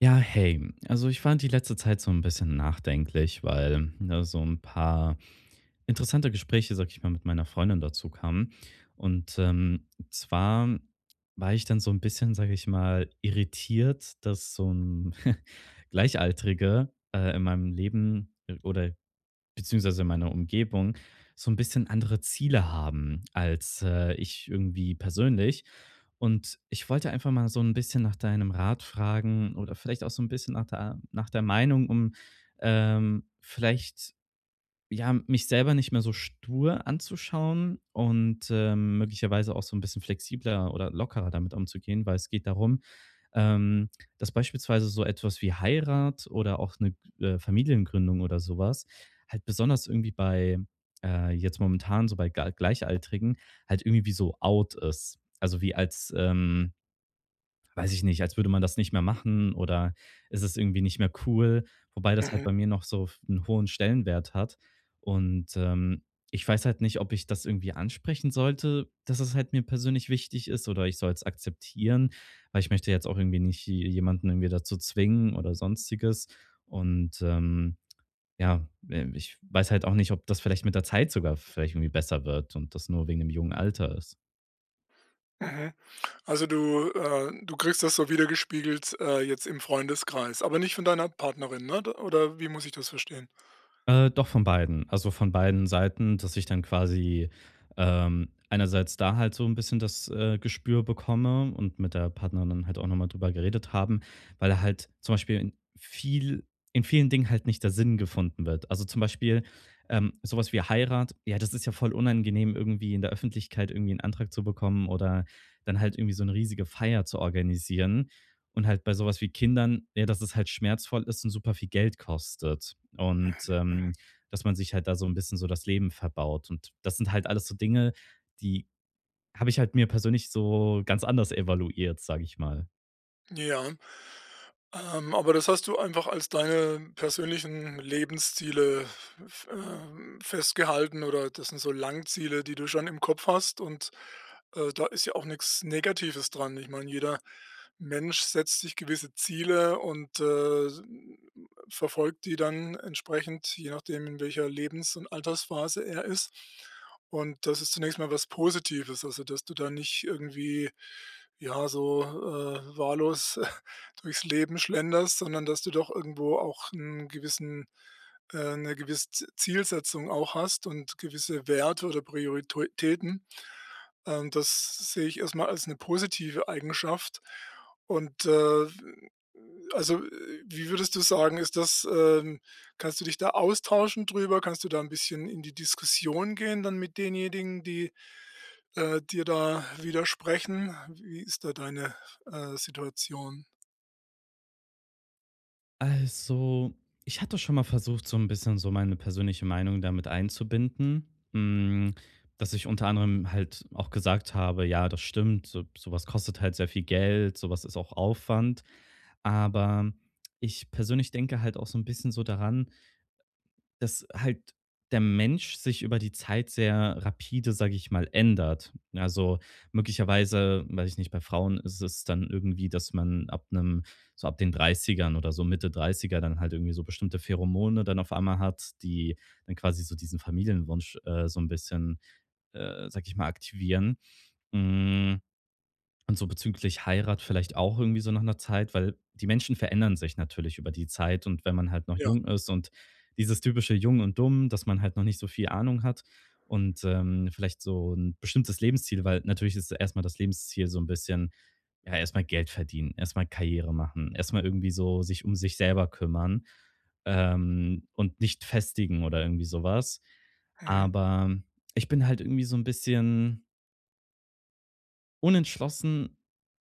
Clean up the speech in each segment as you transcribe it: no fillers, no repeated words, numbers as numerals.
Ja, hey, also ich fand die letzte Zeit so ein bisschen nachdenklich, weil, ne, so ein paar interessante Gespräche, sag ich mal, mit meiner Freundin dazu kamen. Zwar war ich dann so ein bisschen, sag ich mal, irritiert, dass so ein Gleichaltrige, in meinem Leben oder beziehungsweise meiner Umgebung, so ein bisschen andere Ziele haben als, ich irgendwie persönlich. Und ich wollte einfach mal so ein bisschen nach deinem Rat fragen oder vielleicht auch so ein bisschen nach der Meinung, vielleicht, ja, mich selber nicht mehr so stur anzuschauen und, möglicherweise auch so ein bisschen flexibler oder lockerer damit umzugehen, weil es geht darum, ähm, dass beispielsweise so etwas wie Heirat oder auch eine Familiengründung oder sowas halt besonders irgendwie bei jetzt momentan so bei Ga Gleichaltrigen halt irgendwie wie so out ist. Also, wie als, weiß ich nicht, als würde man das nicht mehr machen oder ist es irgendwie nicht mehr cool, wobei das halt Mhm, bei mir noch so einen hohen Stellenwert hat. Und, ähm, Ich weiß halt nicht, ob ich das irgendwie ansprechen sollte, dass es halt mir persönlich wichtig ist oder ich soll es akzeptieren, weil ich möchte jetzt auch irgendwie nicht jemanden irgendwie dazu zwingen oder Sonstiges. Und, ähm, ja, Ich weiß halt auch nicht, ob das vielleicht mit der Zeit sogar vielleicht irgendwie besser wird und das nur wegen dem jungen Alter ist. mhm. Also, du kriegst das so wiedergespiegelt jetzt im Freundeskreis, aber nicht von deiner Partnerin, ne? D Oder wie muss ich das verstehen? Doch von beiden. Also, von beiden Seiten, dass ich dann quasi, einerseits da halt so ein bisschen das, Gespür bekomme und mit der Partnerin halt auch nochmal drüber geredet haben, weil er halt zum Beispiel viel in vielen Dingen halt nicht der Sinn gefunden wird. Also, zum Beispiel, so wie Heirat, ja, das ist ja voll unangenehm, irgendwie in der Öffentlichkeit irgendwie einen Antrag zu bekommen oder dann halt irgendwie so eine riesige Feier zu organisieren. Und halt bei sowas wie Kindern, ja, dass es halt schmerzvoll ist und super viel Geld kostet. Mhm. Dass man sich halt da so ein bisschen so das Leben verbaut. Und das sind halt alles so Dinge, die habe ich halt mir persönlich so ganz anders evaluiert, sage ich mal. Ja. Aber das hast du einfach als deine persönlichen Lebensziele f festgehalten oder das sind so Langziele, die du schon im Kopf hast und, da ist ja auch nichts Negatives dran. Ich meine, jeder Mensch setzt sich gewisse Ziele und, verfolgt die dann entsprechend, je nachdem, in welcher Lebens und Altersphase er ist. Und das ist zunächst mal was Positives, also, dass du da nicht irgendwie, ja, so, wahllos durchs Leben schlenderst, sondern dass du doch irgendwo auch einen gewissen 'ne gewisse Z Zielsetzung auch hast und gewisse Werte oder Prioritäten. Das sehe ich erstmal als eine positive Eigenschaft. Und, also, wie würdest du sagen, ist das, kannst du dich da austauschen drüber? Kannst du da ein bisschen in die Diskussion gehen dann mit denjenigen, die, dir da widersprechen? Wie ist da deine, Situation? Also, ich hatte schon mal versucht, so ein bisschen so meine persönliche Meinung damit einzubinden, hm, dass ich unter anderem halt auch gesagt habe: „Ja, das stimmt, so kostet halt sehr viel Geld, sowas ist auch Aufwand.“ Aber ich persönlich denke halt auch so ein bisschen so daran, dass halt der Mensch sich über die Zeit sehr rapide, sage ich mal, ändert. Also möglicherweise, weiß ich nicht, bei Frauen ist es dann irgendwie, dass man ab einem, so ab den Dreißigern oder so Mitte Dreißiger dann halt irgendwie so bestimmte Pheromone dann auf einmal hat, die dann quasi so diesen Familienwunsch so ein bisschen, sag ich mal, aktivieren. Mm, und so bezüglich Heirat vielleicht auch irgendwie so nach einer Zeit, weil die Menschen verändern sich natürlich über die Zeit und wenn man halt noch Ja. jung ist und dieses typische jung und dumm, dass man halt noch nicht so viel Ahnung hat und, vielleicht so ein bestimmtes Lebensziel weil natürlich ist erstmal das Lebensziel so ein bisschen ja, erstmal Geld verdienen, erstmal Karriere machen, erstmal irgendwie so sich um sich selber kümmern, und nicht festigen oder irgendwie sowas. Mhm. Aber ich bin halt irgendwie so ein bisschen unentschlossen,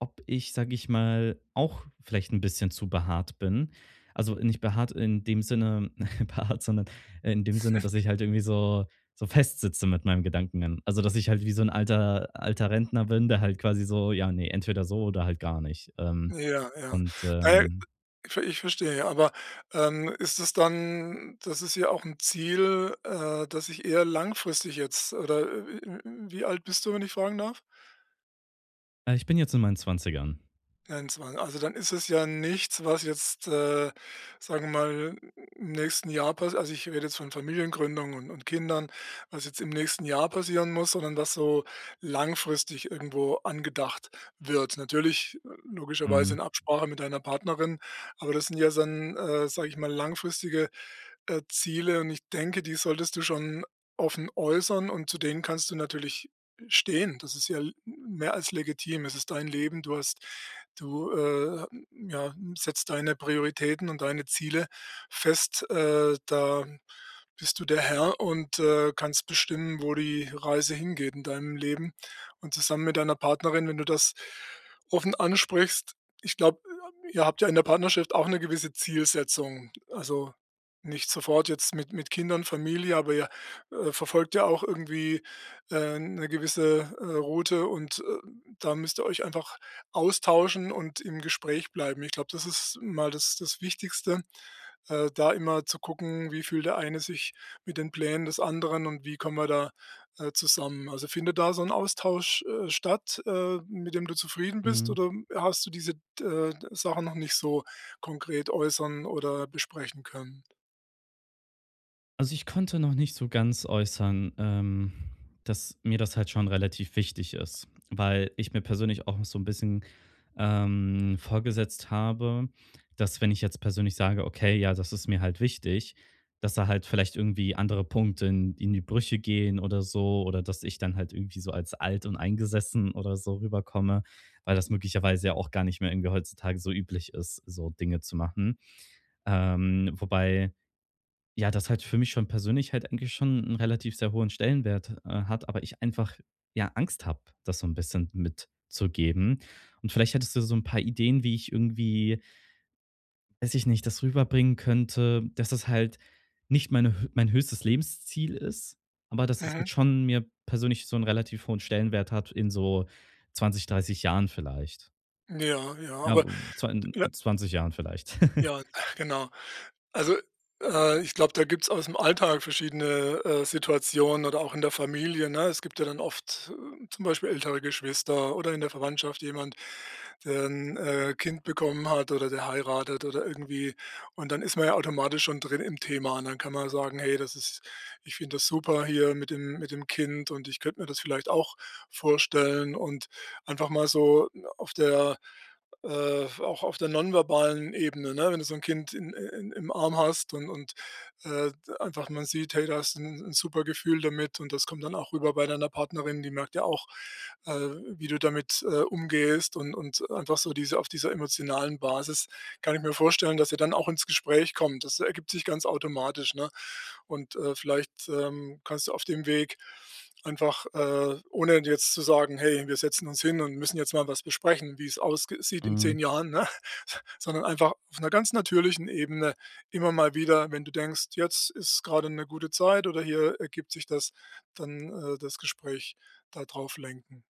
ob ich, sage ich mal, auch vielleicht ein bisschen zu behaart bin. Also, nicht behaart in dem Sinne behaart, sondern in dem Sinne, dass ich halt irgendwie so festsitze mit meinem Gedanken. Also, dass ich halt wie so ein alter Rentner bin, der halt quasi so: „Ja, ne, entweder so oder halt gar nicht.“ Ja, ja. und, Na ja, ähm, ich verstehe, aber, ist es dann das ist ja auch ein Ziel, das sich eher langfristig jetzt oder, wie alt bist du, wenn ich fragen darf? Ich bin jetzt in meinen Zwanzigern. 21. Also, dann ist es ja nichts, was jetzt, sagen wir mal, im nächsten Jahr passi also, ich rede jetzt von Familiengründung und Kindern, was jetzt im nächsten Jahr passieren muss, sondern was so langfristig irgendwo angedacht wird. Natürlich, logischerweise in Absprache mit deiner Partnerin, aber das sind ja dann, sage ich mal, langfristige, Ziele und ich denke, die solltest du schon offen äußern und zu denen kannst du natürlich stehen. Das ist ja l mehr als legitim. Es ist dein Leben, Du, ja, setzt deine Prioritäten und deine Ziele fest. Da bist du der Herr und, kannst bestimmen, wo die Reise hingeht in deinem Leben. Und zusammen mit deiner Partnerin, wenn du das offen ansprichst, ich glaube, ihr habt ja in der Partnerschaft auch eine gewisse Zielsetzung. Also, nicht sofort jetzt mit Kindern, Familie, aber ihr, verfolgt ja auch irgendwie, 'ne gewisse, Route und, da müsst ihr euch einfach austauschen und im Gespräch bleiben. Ich glaube, das ist mal das Wichtigste, da immer zu gucken, wie fühlt der eine sich mit den Plänen des anderen und wie kommen wir da, zusammen. Also, findet da so ein Austausch, statt, mit dem du zufrieden bist Mhm. oder hast du diese, Sachen noch nicht so konkret äußern oder besprechen können? Also, ich konnte noch nicht so ganz äußern, dass mir das halt schon relativ wichtig ist, weil ich mir persönlich auch so ein bisschen, vorgesetzt habe, dass wenn ich jetzt persönlich sage: „Okay, ja, das ist mir halt wichtig“, dass da halt vielleicht irgendwie andere Punkte in die Brüche gehen oder so oder dass ich dann halt irgendwie so als alt und eingesessen oder so rüberkomme, weil das möglicherweise ja auch gar nicht mehr irgendwie heutzutage so üblich ist, so Dinge zu machen. Wobei ja, das halt für mich schon persönlich halt eigentlich schon einen relativ sehr hohen Stellenwert, hat, aber ich einfach, ja, Angst habe, das so ein bisschen mitzugeben. Und vielleicht hättest du so ein paar Ideen, wie ich irgendwie, weiß ich nicht, das rüberbringen könnte, dass das halt nicht meine hö mein höchstes Lebensziel ist, aber dass es Mhm. halt schon mir persönlich so einen relativ hohen Stellenwert hat in so 20, 30 Jahren vielleicht. Ja, ja, Ja, aber zwan ja, 20 Jahren vielleicht. ja, genau. Also, ich glaube, da gibt's dem Alltag verschiedene, Situationen oder auch in der Familie, ne? Es gibt ja dann oft, zum Beispiel ältere Geschwister oder in der Verwandtschaft jemand, der ein Kind bekommen hat oder der heiratet oder irgendwie, und dann ist man ja automatisch schon drin im Thema und dann kann man sagen: „Hey, das ist ich finde das super hier mit dem Kind und ich könnte mir das vielleicht auch vorstellen“, und einfach mal so auf der auch auf der nonverbalen Ebene, ne? Wenn du so ein Kind in im Arm hast und, äh, einfach man sieht: „Hey, da hast du 'n 'n super Gefühl damit“, und das kommt dann auch rüber bei deiner Partnerin, die merkt ja auch, äh, wie du damit, umgehst und einfach so diese auf dieser emotionalen Basis kann ich mir vorstellen, dass ihr dann auch ins Gespräch kommt. Das ergibt sich ganz automatisch, ne? Und, vielleicht, kannst du auf dem Weg einfach, ohne jetzt zu sagen: „Hey, wir setzen uns hin und müssen jetzt mal was besprechen, wie es aussieht in Mhm. 10 Jahren“, ne? Sondern einfach auf einer ganz natürlichen Ebene immer mal wieder, wenn du denkst: „Jetzt ist gerade eine gute Zeit“ oder „Hier ergibt sich das“, dann, das Gespräch da drauf lenken.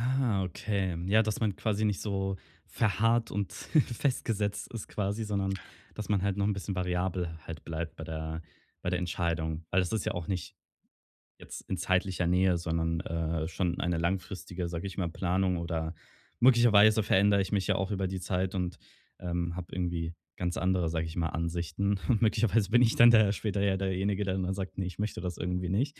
Ah, okay. Ja, dass man quasi nicht so verharrt und festgesetzt ist quasi, sondern dass man halt noch ein bisschen variabel halt bleibt bei der Entscheidung. Weil das ist ja auch nicht jetzt in zeitlicher Nähe, sondern, schon eine langfristige, sage ich mal, Planung oder möglicherweise verändere ich mich ja auch über die Zeit und, habe irgendwie ganz andere, sage ich mal, Ansichten. Und möglicherweise bin ich dann der später ja derjenige, der dann sagt: nee, ich möchte das irgendwie nicht.“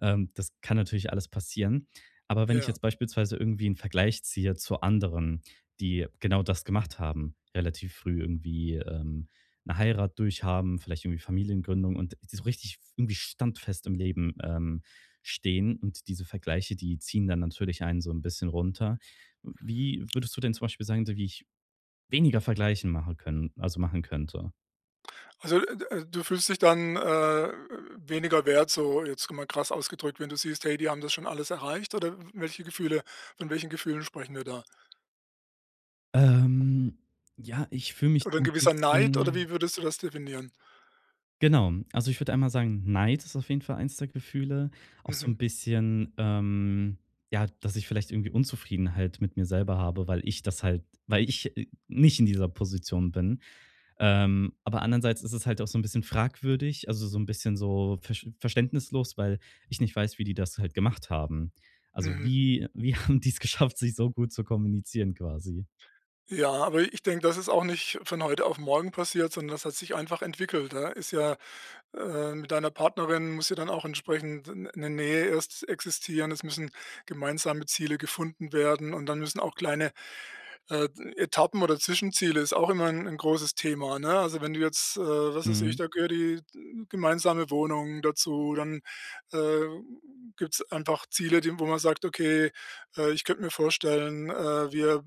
Das kann natürlich alles passieren. Aber wenn ich Ja. jetzt beispielsweise irgendwie einen Vergleich ziehe zu anderen, die genau das gemacht haben, relativ früh irgendwie, eine Heirat durchhaben, vielleicht irgendwie Familiengründung und so richtig irgendwie standfest im Leben, stehen. Und diese Vergleiche, die ziehen dann natürlich einen so ein bisschen runter. Wie würdest du denn zum Beispiel sagen, so wie ich weniger Vergleichen machen können also, machen könnte? Also, du fühlst dich dann, weniger wert, so jetzt mal krass ausgedrückt, wenn du siehst: „Hey, die haben das schon alles erreicht“, oder welche Gefühle von welchen Gefühlen sprechen wir da? Ähm, ja, ich fühle mich Oder so 'n ein gewisser Neid oder wie bisschen. würdest du das definieren? Genau. Also, ich würde einmal sagen, Neid ist auf jeden Fall eins der Gefühle. Auch so Mhm, ein bisschen, ja, dass ich vielleicht irgendwie Unzufriedenheit mit mir selber habe, weil ich das halt weil ich, nicht in dieser Position bin. Aber andererseits ist es halt auch so ein bisschen fragwürdig, also, so ein bisschen so versch verständnislos, weil ich nicht weiß, wie die das halt gemacht haben. Also, mhm. Wie haben die es geschafft, sich so gut zu kommunizieren quasi? Ja, aber ich denke, das ist auch nicht von heute auf morgen passiert, sondern das hat sich einfach entwickelt. Da ist ja, mit deiner Partnerin muss ja dann auch entsprechend eine Nähe erst existieren. Es müssen gemeinsame Ziele gefunden werden und dann müssen auch kleine Äh, Etappen oder Zwischenziele ist auch immer ein 'n großes Thema, ne? Also, wenn du jetzt, was weiß ich, Mhm. da gehört die gemeinsame Wohnung dazu, dann, äh, gibt's einfach Ziele, die wo man sagt: „Okay, ich könnte mir vorstellen, wir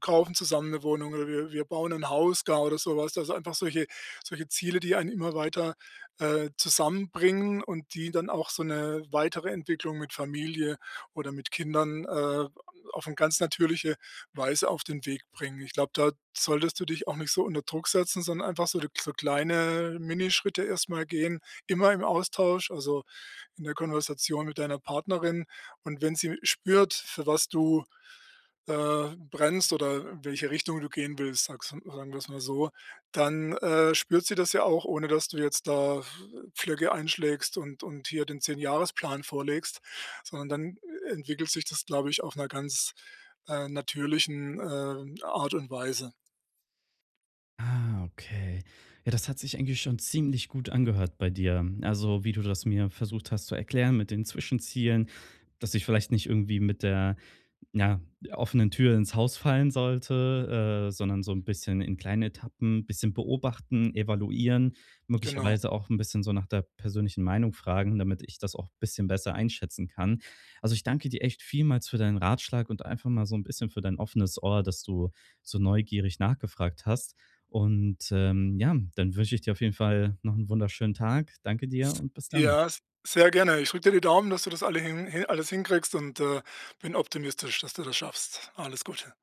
kaufen zusammen eine Wohnung oder wir bauen ein Haus gar“, oder sowas. Also, einfach solche solche Ziele, die einen immer weiter, zusammenbringen und die dann auch so eine weitere Entwicklung mit Familie oder mit Kindern, auf 'n ganz natürliche Weise auf den Weg bringen. Ich glaube, da solltest du dich auch nicht so unter Druck setzen, sondern einfach so, so kleine Minischritte erstmal gehen, immer im Austausch, also in der Konversation mit deiner Partnerin. Und wenn sie spürt, für was du, brennst oder in welche Richtung du gehen willst, sag's sagen wir es mal so, dann, spürt sie das ja auch, ohne dass du jetzt da Pflöcke einschlägst und hier den Zehnjahresplan vorlegst, sondern dann entwickelt sich das, glaube ich, auf einer ganz natürlichen, Art und Weise. Ah, okay. Ja, das hat sich eigentlich schon ziemlich gut angehört bei dir. Also, wie du das mir versucht hast zu erklären mit den Zwischenzielen, dass ich vielleicht nicht irgendwie mit der ja, offenen Tür ins Haus fallen sollte, sondern so ein bisschen in kleinen Etappen, ein bisschen beobachten, evaluieren, Genau. möglicherweise auch ein bisschen so nach der persönlichen Meinung fragen, damit ich das auch ein bisschen besser einschätzen kann. Also, ich danke dir echt vielmals für deinen Ratschlag und einfach mal so ein bisschen für dein offenes Ohr, dass du so neugierig nachgefragt hast. Ja, dann wünsche ich dir auf jeden Fall noch einen wunderschönen Tag. Danke dir S und bis dann. Ja, s sehr gerne. Ich drücke dir die Daumen, dass du das alles hinkriegst und, bin optimistisch, dass du das schaffst. Alles Gute.